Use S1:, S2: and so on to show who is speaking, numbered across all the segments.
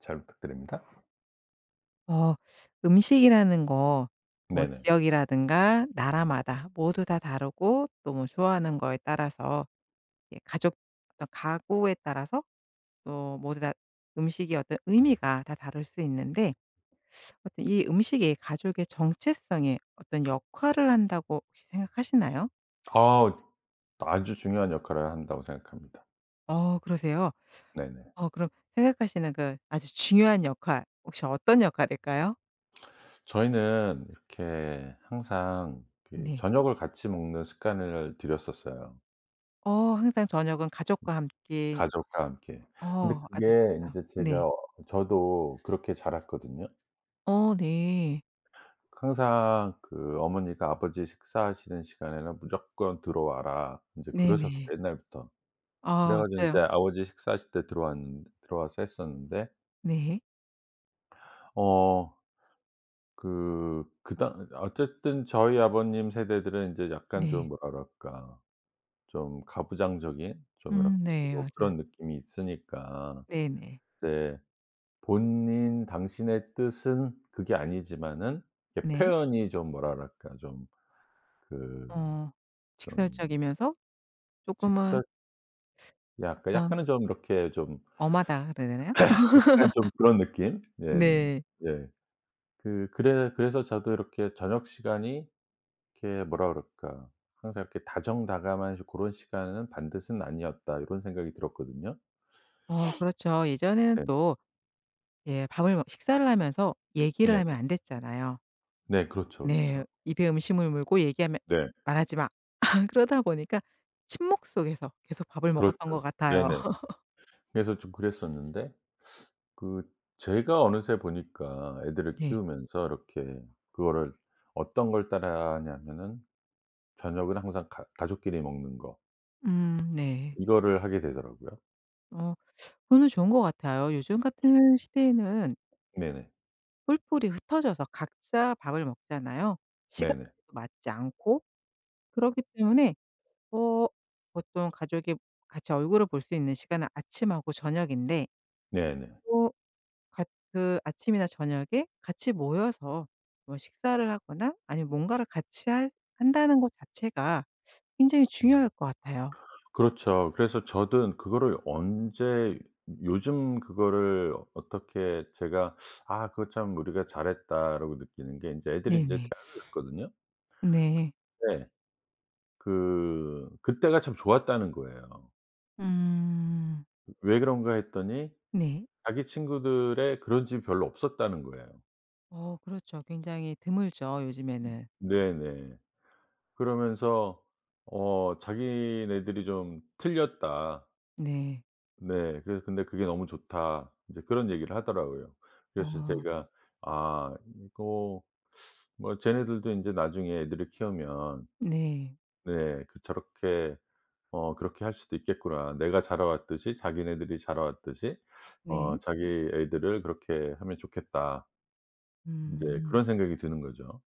S1: 잘 부탁드립니다.
S2: 어, 음식이라는 거 뭐
S1: 네네.
S2: 지역이라든가 나라마다 모두 다 다르고, 또 뭐 좋아하는 거에 따라서, 예, 가족 어떤 가구에 따라서 또 모두 다 음식이 어떤 의미가 다 다를 수 있는데, 어떤 이 음식이 가족의 정체성에 어떤 역할을 한다고 혹시 생각하시나요?
S1: 아 아주 중요한 역할을 한다고 생각합니다.
S2: 어, 그러세요?
S1: 네네.
S2: 어, 그럼 생각하시는 그 아주 중요한 역할 혹시 어떤 역할일까요?
S1: 저희는 이렇게 항상 그
S2: 네.
S1: 저녁을 같이 먹는 습관을 들였었어요,
S2: 어, 항상 저녁은 가족과 함께.
S1: 가족과 함께. 근데
S2: 어, 아주
S1: 그게
S2: 좋죠.
S1: 인제
S2: 네.
S1: 제가 어 저도 그렇게 자랐거든요.
S2: 어, 네.
S1: 항상 그 어머니가 아버지 식사하시는 시간에는 "무조건 들어와라." 인제 그러셨어요,
S2: 네네.
S1: 옛날부터. 그래
S2: 아,
S1: 가지고 인제
S2: 맞아요.
S1: 아버지 식사하실 때 들어왔는 들어와서 했었는데
S2: 네.
S1: 어 그 그당 어쨌든 저희 아버님 세대들은 인제 약간 좀
S2: 네.
S1: 뭐랄까 좀 가부장적인 좀 이렇게
S2: 음, 네,
S1: 뭐
S2: 맞아요.
S1: 그런 느낌이 있으니까
S2: 네네.
S1: 이제 본인 당신의 뜻은 그게 아니지만은 이게
S2: 네.
S1: 표현이 좀 뭐랄까 좀 그
S2: 어,
S1: 좀
S2: 직설적이면서 쪼끔은
S1: 직설 약간
S2: 어떤
S1: 약간은 좀 이렇게 좀
S2: 엄하다 그래야 되나요?
S1: 약간 좀 그런 느낌? 네네.
S2: 네.
S1: 예. 그래서 저도 이렇게 저녁 시간이 이렇게 뭐라 그럴까. 항상 이렇게 다정다감한 시런 시간은 반드시는 아니었다 이런 생각이 들었거든요.
S2: 어, 그렇죠. 예전에는
S1: 네.
S2: 또 예, 밥을 먹 식사를 하면서 얘기를 하면
S1: 네네.
S2: 안 됐잖아요.
S1: 네 그렇죠,
S2: 네.
S1: 그렇죠.
S2: 입에 음식물 물고 얘기하면
S1: 네.
S2: "말하지 마." 그러다 보니까 침묵 속에서 계속 밥을
S1: 그렇죠.
S2: 먹었던 것 같아요.
S1: 네네. 그래서 좀 그랬었는데 그 제가 어느새 보니까 애들을
S2: 네.
S1: 키우면서 이렇게 그거를 어떤 걸 따라하냐면은 저녁은 항상 가 가족끼리 먹는 거
S2: 음, 네.
S1: 이거를 하게 되더라고요.
S2: 어. 그거는 좋은 것 같아요. 요즘 같은 시대에는
S1: 네네.
S2: 뿔뿔이 흩어져서 각자 밥을 먹잖아요. 시간
S1: 네네.
S2: 도 맞지 않고. 그렇기 때문에 어, 보통 가족이 같이 얼굴을 볼 수 있는 시간은 아침하고 저녁인데,
S1: 네네.
S2: 또 같 그 아침이나 저녁에 같이 모여서 뭐 식사를 하거나 아니면 뭔가를 같이 할 한다는 것 자체가 굉장히 중요할 것 같아요.
S1: 그렇죠. 그래서 저는 그거를 언제 요즘 그거를 어떻게 제가 '아 그거 참 우리가 잘했다.'라고 느끼는 게 인제 애들이 인제
S2: 네네.
S1: 대학을 갔거든요.
S2: 네.
S1: 네. 그때가 참 좋았다는 거예요.
S2: 음.
S1: 왜 그런가 했더니
S2: 네.
S1: 자기 친구들의 그런 집이 별로 없었다는 거예요.
S2: 어, 그렇죠. 굉장히 드물죠 요즘에는.
S1: 네네. 그러면서 어 자기네들이 좀 틀렸다.
S2: 네.
S1: 네. 그래서 근데 "그게 너무 좋다." 이제 그런 얘기를 하더라고요. 그래서
S2: 어,
S1: 제가 아 이거 뭐 쟤네들도 인제 나중에 애들을 키우면
S2: 네.
S1: 네 그 저렇게 어 그렇게 할 수도 있겠구나. 내가 자라왔듯이 자기네들이 자라왔듯이
S2: 네.
S1: 자기 애들을 그렇게 하면 좋겠다. 인제
S2: 음.
S1: 그런 생각이 드는 거죠.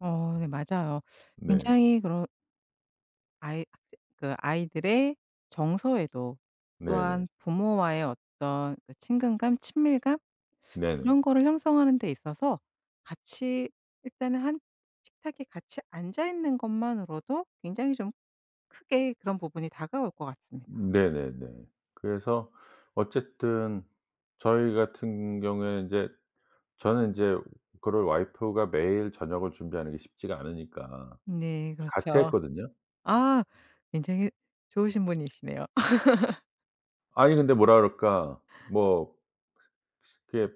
S2: 어, 네, 맞아요.
S1: 네.
S2: 굉장히 그런 아이 학생 그 아이들의 정서에도, 또한
S1: 네네.
S2: 부모와의 어떤 그 친근감, 친밀감
S1: 네네.
S2: 이런 거를 형성하는 데 있어서 같이 일단은 한 식탁에 같이 앉아 있는 것만으로도 굉장히 좀 크게 그런 부분이 다가올 것 같습니다.
S1: 네네네. 그래서 어쨌든 저희 같은 경우에 인제 저는 인제 그걸 와이프가 매일 저녁을 준비하는 게 쉽지가 않으니까
S2: 네.
S1: 같이
S2: 그렇죠.
S1: 했거든요.
S2: 아, 굉장히 좋으신 분이시네요.
S1: 아니 근데 뭐라 그럴까 뭐 그게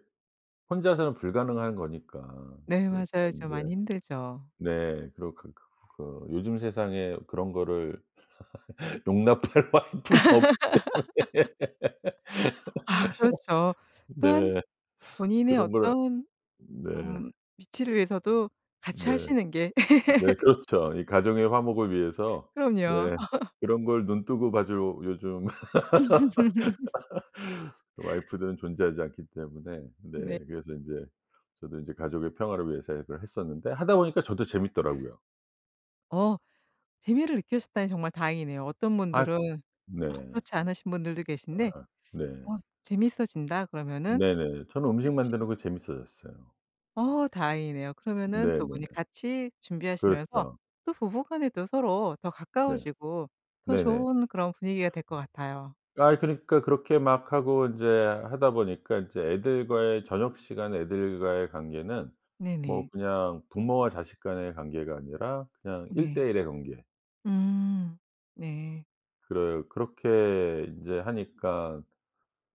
S1: 혼자서는 불가능한 거니까.
S2: 네,
S1: 그러니까
S2: 맞아요. 좀 많이
S1: 인제
S2: 힘들죠.
S1: 네 그리고 그 요즘 세상에 그런 거를 용납할 와이프는 없기 때문에
S2: 아, 그렇죠. 또한
S1: 네
S2: 본인의
S1: 그런 거를
S2: 어떤
S1: 네.
S2: 음 위치를 위해서도 같이
S1: 네.
S2: 하시는 게.
S1: 네 그렇죠. 이 가정의 화목을 위해서 네
S2: 그럼요.
S1: 그런 걸 눈 뜨고 봐 줄 요즘 그 와이프들은 존재하지 않기 때문에 네
S2: 네.
S1: 네. 그래서 인제 저도 인제 가족의 평화를 위해서 앱을 했었는데 하다 보니까 저도 네. 재밌더라고요.
S2: 어, 재미를 느끼셨다니 정말 다행이네요. 어떤
S1: 아
S2: 분들은 어
S1: 네.
S2: 그렇지 않으신 분들도 계신데
S1: 네.
S2: "어, 재밌어진다." 그러면은
S1: 네. 네 저는
S2: 또
S1: 음식
S2: 같이.
S1: 만드는 거 재밌어졌어요.
S2: 어, 다행이네요. 그러면은 두 분이
S1: 네네.
S2: 같이 준비하시면서
S1: 그렇죠.
S2: 또 부부 간에도 서로 더
S1: 네.
S2: 가까워지고 더
S1: 네네.
S2: 좋은 그런 분위기가 될 것 같아요.
S1: 아 그러니까 그렇게 막 하고 인제 하다 보니까 인제 애들과의 저녁 시간 애들과의 관계는 뭐
S2: 네네.
S1: 그냥 부모와 자식 간의 관계가 아니라 그냥 1대
S2: 네.
S1: 1의 관계.
S2: 음. 네.
S1: 그래 그렇게 인제 하니까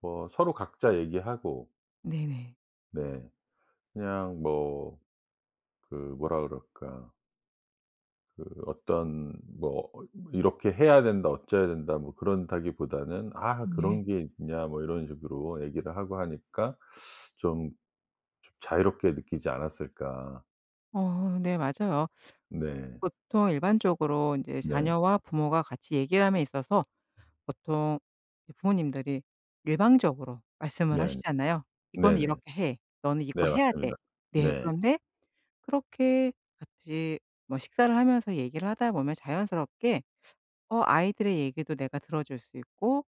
S1: 뭐 서로 각자 얘기하고
S2: 네네.
S1: 네 그냥 뭐 그 뭐라 그럴까 그 어떤 뭐 "이렇게 해야 된다. 어째야 된다." 뭐 그런다기보다는 "아
S2: 네.
S1: 그런 게 있냐." 뭐 이런 식으로 얘기를 하고 하니까 좀 좀 자유롭게 느끼지 않았을까.
S2: 어, 네, 맞아요.
S1: 네.
S2: 보통 일반적으로 인제
S1: 네.
S2: 자녀와 부모가 같이 얘기를 함에 있어서 보통 이제 부모님들이 일방적으로 말씀을
S1: 네.
S2: 하시잖아요. "이거는
S1: 네네.
S2: 이렇게 해. 너는 이거
S1: 네
S2: 해야 돼."
S1: 맞습니다.
S2: 네.
S1: 네.
S2: 그런데 그렇게 같이 뭐 식사를 하면서 얘기를 하다 보면 자연스럽게 어, 아이들의 얘기도 내가 들어줄 수 있고,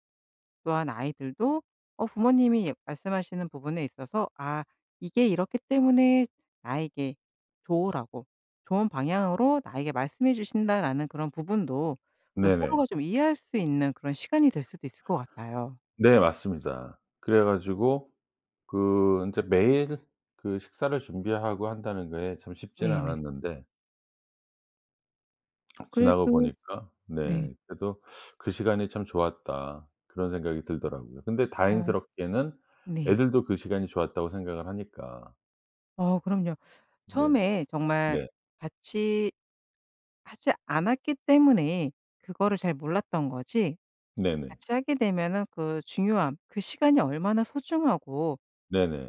S2: 또한 아이들도 어, 부모님이 말씀하시는 부분에 있어서 아 이게 이렇기 때문에 나에게 좋으라고, 좋은 방향으로 나에게 말씀해 주신다라는 그런 부분도 어,
S1: 네네.
S2: 서로가 좀 이해할 수 있는 그런 시간이 될 수도 있을 것 같아요.
S1: 네 맞습니다. 그래 가지고 그 인제 매일 그 식사를 준비하고 한다는 게 참 쉽지는
S2: 네네.
S1: 않았는데 지나고
S2: 그래도
S1: 보니까
S2: 네.
S1: 네 그래도 '그 시간이 참 좋았다.' 그런 생각이 들더라고요. 근데
S2: 어,
S1: 다행스럽게는
S2: 네.
S1: 애들도 그 시간이 좋았다고 생각을 하니까.
S2: 어, 그럼요.
S1: 네.
S2: 처음에 정말
S1: 네.
S2: 같이 하지 않았기 때문에 그거를 잘 몰랐던 거지,
S1: 네네.
S2: 같이 하게 되면은 그 중요함, 그 시간이 얼마나 소중하고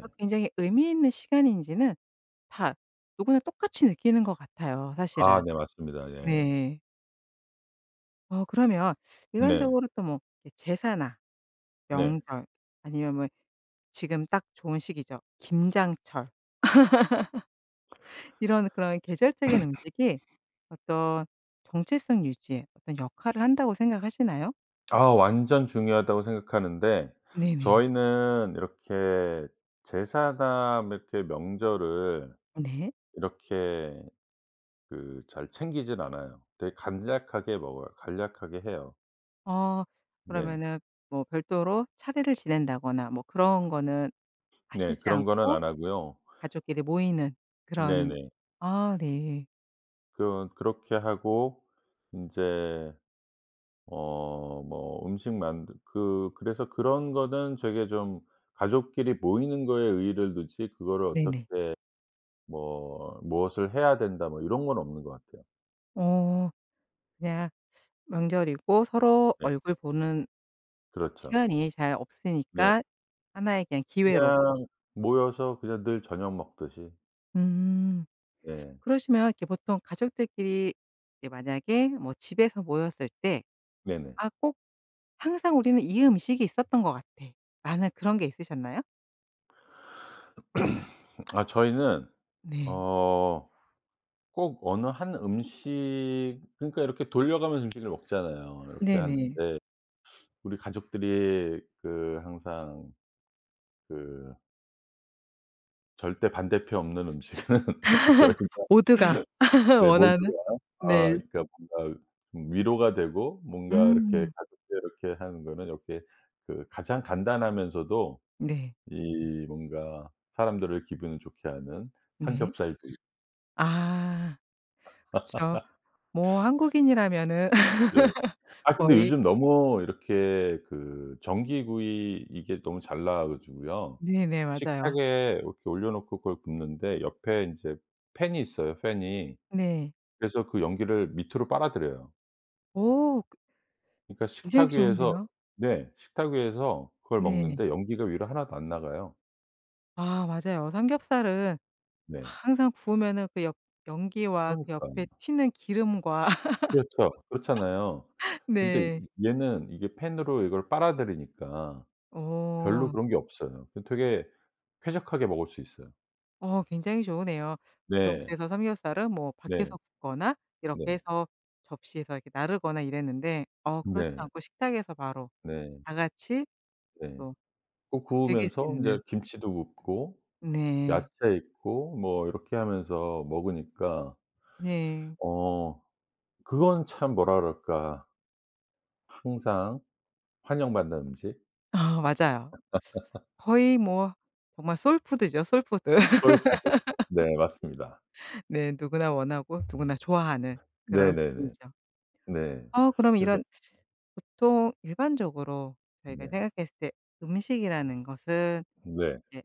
S2: 또 굉장히 의미 있는 시간인지는 다 누구나 똑같이 느끼는 것 같아요
S1: 아
S2: 사실은.
S1: 네 맞습니다. 예.
S2: 네. 어, 그러면
S1: 네.
S2: 일반적으로 또 뭐 제사나
S1: 네.
S2: 명절 아니면 뭐 지금 딱 좋은 시기죠. 김장철. 이런 그런 계절적인 음식이 어떤 정체성 유지에 어떤 역할을 한다고 생각하시나요?
S1: 아 완전 중요하다고 생각하는데
S2: 네네.
S1: 저희는 이렇게 제사나 이렇게 명절을
S2: 네.
S1: 이렇게 그 잘 챙기진 않아요. 되게 간략하게 먹어요. 간략하게 해요.
S2: 어,
S1: 네.
S2: 그러면은 뭐 별도로 차례를 지낸다거나 뭐 그런 거는
S1: 네.
S2: 하시지
S1: 그런 거는
S2: 않고
S1: 안 하고요.
S2: 가족끼리 모이는 그런.
S1: 네네.
S2: 아, 네.
S1: 그 그렇게 하고 인제 어 뭐 음식 만드 그래서 그런 거는 되게 좀 가족끼리 모이는 거에 의의를 두지 그거를
S2: 네네.
S1: 어떻게 뭐 '무엇을 해야 된다.' 뭐 이런 건 없는 것 같아요.
S2: 어, 그냥 명절이고 서로
S1: 네.
S2: 얼굴 보는
S1: 그렇죠.
S2: 시간이 잘
S1: 네.
S2: 없으니까 하나의 그냥 기회로.
S1: 그냥 모여서 그냥 늘 저녁 먹듯이.
S2: 음.
S1: 네.
S2: 그러시면 이렇게 보통 가족들끼리 이제 만약에 뭐 집에서 모였을 때
S1: 네네.
S2: '아 꼭 항상 우리는 이 음식이 있었던 것 같아.' 라는 그런 게 있으셨나요?
S1: 아 저희는
S2: 네.
S1: 어 꼭 어느 한 음식 그러니까 이렇게 돌려가면서 음식을 먹잖아요. 이렇게 하는데
S2: 네네.
S1: 우리 가족들이 그 항상 그 절대 반대표 없는 음식은 저희가
S2: 모두가
S1: 네
S2: 원하는.
S1: 모두가 아
S2: 네.
S1: 그러니까 뭔가 좀 위로가 되고 뭔가 이렇게
S2: 음.
S1: 가족들 이렇게 하는 거는 이렇게 그 가장 간단하면서도
S2: 네.
S1: 이 뭔가 사람들을 기분을 좋게 하는
S2: 네.
S1: 삼겹살도
S2: 아, 그쵸. 뭐 한국인이라면은.
S1: 네. 아 근데
S2: 거의.
S1: 요즘 너무 이렇게 그 전기구이 이게 너무 잘 나와 가지고요.
S2: 네네, 맞아요.
S1: 식탁에 이렇게 올려 놓고 그걸 굽는데 옆에 인제 팬이 있어요, 팬이.
S2: 네.
S1: 그래서 그 연기를 밑으로 빨아들여요.
S2: 오, 그
S1: 그러니까
S2: 굉장히
S1: 식탁 위에서
S2: 좋은데요.
S1: 네. 식탁 위에서 그걸
S2: 네.
S1: 먹는데 연기가 위로 하나도 안 나가요.
S2: 아, 맞아요. 삼겹살은
S1: 네.
S2: 항상 구우면은 그 옆 연기와 그
S1: 그러니까.
S2: 옆에 튀는 기름과.
S1: 그렇죠. 그렇잖아요. 근데
S2: 네.
S1: 이 얘는 이게 팬으로 이걸 빨아들이니까 별로
S2: 오,
S1: 그런 게 없어요. 그 되게 쾌적하게 먹을 수 있어요.
S2: 어 굉장히 좋으네요. 보통
S1: 네.
S2: 그래서 삼겹살은 뭐
S1: 네.
S2: 밖에서 굽거나 이렇게
S1: 네.
S2: 해서 접시에서 이렇게 나르거나 이랬는데 어, 그렇지
S1: 네.
S2: 않고 식탁에서 바로
S1: 네.
S2: 다 같이
S1: 네.
S2: 또
S1: 꼭
S2: 즐길 수
S1: 구우면서
S2: 있는.
S1: 인제 김치도 굽고
S2: 네.
S1: 야채 있고 뭐 이렇게 하면서 먹으니까
S2: 네.
S1: 어 그건 참 뭐라 그럴까. 항상 환영받는 음식
S2: 아, 맞아요. 거의 뭐 정말 소울푸드죠, 소울푸드.
S1: 소울푸드. 네 맞습니다.
S2: 네. 누구나 원하고 누구나 좋아하는 그런
S1: 네네네. 네.
S2: 음식이죠.
S1: 네. 네.
S2: 어, 그럼
S1: 그래서
S2: 이런 보통 일반적으로 저희가
S1: 네.
S2: 생각했을 때 음식이라는 것은
S1: 네.
S2: 이제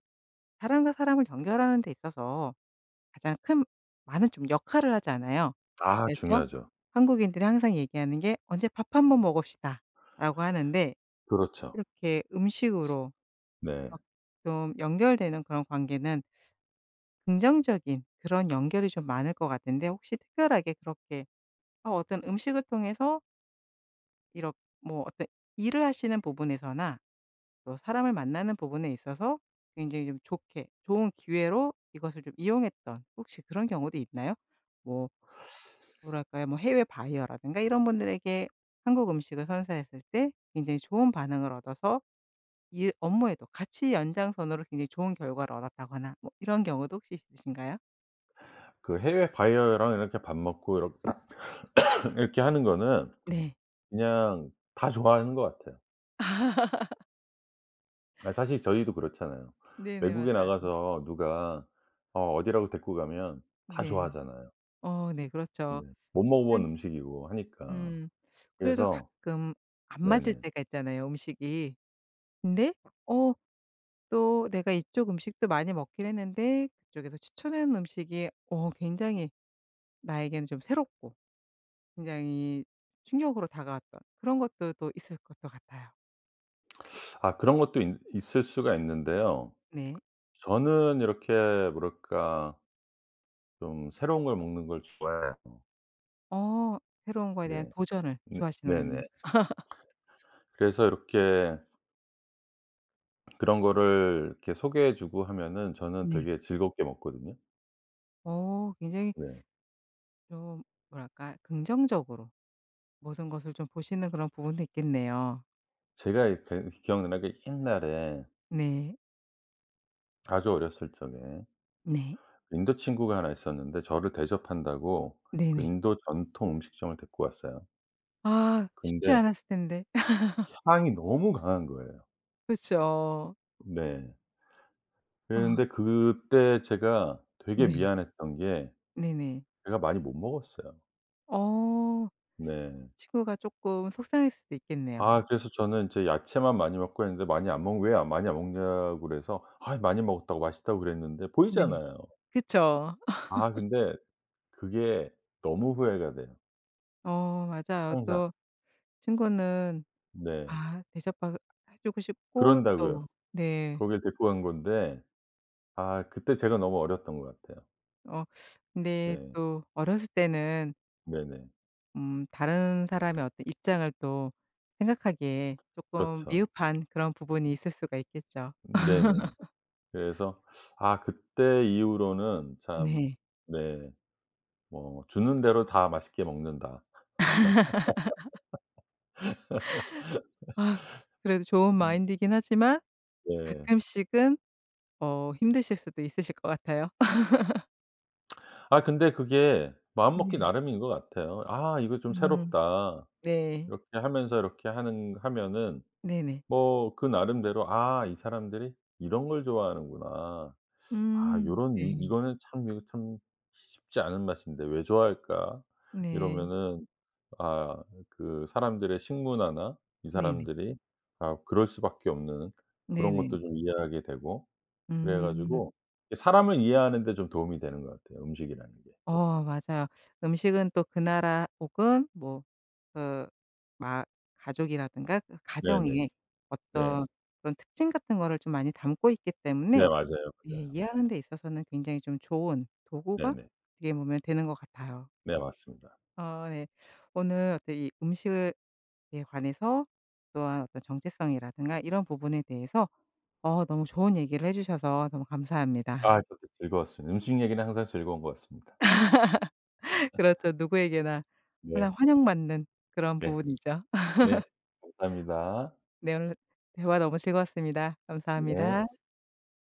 S2: 사람과 사람을 연결하는 데 있어서 가장 큰, 많은 좀 역할을 하잖아요.
S1: 아
S2: 그래서
S1: 중요하죠.
S2: 한국인들이 항상 얘기하는 게 "언제 밥 한번 먹읍시다."라고 하는데,
S1: 그렇죠.
S2: 이렇게 음식으로
S1: 네.
S2: 이렇 좀 연결되는 그런 관계는 긍정적인 그런 연결이 좀 많을 것 같은데, 혹시 특별하게 그렇게 어 어떤 음식을 통해서 이렇 뭐 어떤 일을 하시는 부분에서나 또 사람을 만나는 부분에 있어서 굉장히 좀 좋게, 좋은 기회로 이것을 좀 이용했던 혹시 그런 경우도 있나요? 뭐 뭐랄까요. 뭐 해외 바이어라든가 이런 분들에게 한국 음식을 선사했을 때 굉장히 좋은 반응을 얻어서 일 업무에도 같이 연장선으로 굉장히 좋은 결과를 얻었다거나 뭐 이런 경우도 혹시 있으신가요?
S1: 그 해외 바이어랑 이렇게 밥 먹고 이렇 이렇게 하는 거는
S2: 네.
S1: 그냥 다 좋아하는 것 같아요. 아 사실 저희도 그렇잖아요.
S2: 네네,
S1: 외국에
S2: 맞아요.
S1: 나가서 누가 어디라고 데리고 가면 다
S2: 네.
S1: 좋아하잖아요.
S2: 어, 네. 그렇죠.
S1: 네. 못 먹어본
S2: 근-
S1: 음식이고 하니까.
S2: 음. 그래도
S1: 그래서
S2: 가끔 안 맞을
S1: 네네.
S2: 때가 있잖아요, 음식이. 근데 어, 또 내가 이쪽 음식도 많이 먹긴 했는데 그쪽에서 추천하는 음식이 어 굉장히 나에게는 좀 새롭고 굉장히 충격으로 다가왔던 그런 것도 또 있을 것도 같아요.
S1: 아 그런 것도 있 있을 수가 있는데요.
S2: 네.
S1: 저는 이렇게 뭐랄까 좀 새로운 걸 먹는 걸 좋아해요.
S2: 어, 새로운 거에 대한
S1: 네.
S2: 도전을
S1: 네 네네.
S2: 좋아하시는군요.
S1: 그래서 이렇게 그런 거를 이렇게 소개해 주고 하면은 저는
S2: 네.
S1: 되게 즐겁게 먹거든요.
S2: 어, 굉장히
S1: 네.
S2: 좀 뭐랄까, 긍정적으로 모든 것을 좀 보시는 그런 부분도 있겠네요.
S1: 제가 이 그 기억나는 게 옛날에
S2: 네.
S1: 아주 어렸을 적에
S2: 네.
S1: 그 인도 친구가 하나 있었는데 저를 대접한다고 그
S2: 네네.
S1: 인도 전통 음식점을 데리고 왔어요.
S2: 아, 쉽지
S1: 근데
S2: 않았을 텐데.
S1: 향이 너무 강한 거예요.
S2: 그쵸.
S1: 네.
S2: 아,
S1: 그런데 그때 제가 되게
S2: 네.
S1: 미안했던 게
S2: 네네.
S1: 제가 많이 못 먹었어요.
S2: 어.
S1: 네.
S2: 친구가 조금 속상했을 수도 있겠네요.
S1: 아 그래서 저는 이제 야채만 많이 먹고 했는데 많이 안 먹 "왜 안 많이 안 먹냐?"고 그래서 "아이 많이 먹었다고 맛있다고 그랬는데."
S2: 네.
S1: 보이잖아요.
S2: 그쵸.
S1: 아 근데 그게 너무 후회가 돼요
S2: 어, 맞아요.
S1: 항상.
S2: 또 친구는
S1: 네.
S2: 아 대접받 해 주고 싶고
S1: 그런다고요.
S2: 또 네.
S1: 거길 데리고 간 건데 아 그때 제가 너무 어렸던 것 같아요.
S2: 어, 근데
S1: 네.
S2: 또 어렸을 때는
S1: 네네.
S2: 다른 사람의 어떤 입장을 또 생각하기에 쪼끔
S1: 그렇죠.
S2: 미흡한 그런 부분이 있을 수가 있겠죠.
S1: 네네. 그래서 아 그때 이후로는 참
S2: 네.
S1: 네 뭐 '주는 대로 다 맛있게 먹는다.'
S2: 아, 그래도 좋은
S1: 음
S2: 마인드이긴 하지만
S1: 네.
S2: 가끔씩은 어 힘드실 수도 있으실 것 같아요.
S1: 아 근데 그게 마음먹기
S2: 네.
S1: 나름인 것 같아요. '아 이거 좀
S2: 음,
S1: 새롭다.'
S2: 네.
S1: 이렇게 하면서 이렇게 하는 하면은
S2: 네네.
S1: 뭐 그 나름대로 '아 이 사람들이 이런 걸 좋아하는구나.' 아
S2: 음,
S1: 요런 이
S2: 네.
S1: 이거는 참 이거 참 쉽지 않은 맛인데 왜 좋아할까?
S2: 네.
S1: 이러면은 아 그 사람들의 식문화나 이
S2: 네네.
S1: 사람들이 아 그럴 수밖에 없는 그런
S2: 네네.
S1: 것도 좀 이해하게 되고 그래
S2: 음.
S1: 가지고 사람을 이해하는 데 좀 도움이 되는 것 같아요, 음식이라는 게.
S2: 어, 맞아요. 음식은 또 그 나라 혹은 뭐 그 마, 가족이라든가 그
S1: 네네.
S2: 가정의
S1: 네.
S2: 어떤 그런 특징 같은 거를 좀 많이 담고 있기
S1: 네
S2: 때문에
S1: 맞아요,
S2: 예
S1: 맞아요.
S2: 이해하는 데 있어서는 굉장히 좀 좋은 도구가
S1: 네네.
S2: 어떻게 보면 되는 것 같아요.
S1: 네 맞습니다.
S2: 어, 네. 오늘 어떤 이 식에 관해서 또한 어떤 정체성이라든가 이런 부분에 대해서 어 너무 좋은 얘기를 해 주셔서 너무 감사합니다.
S1: 아 저도 즐거웠습니다. 음식 얘기는 항상 즐거운 것 같습니다.
S2: 그렇죠. 누구에게나 항상
S1: 네.
S2: 환영받는 그런
S1: 네.
S2: 부분이죠.
S1: 네. 감사합니다.
S2: 네, 오늘 대화 너무 즐거웠습니다.
S1: 네.
S2: 감사합니다.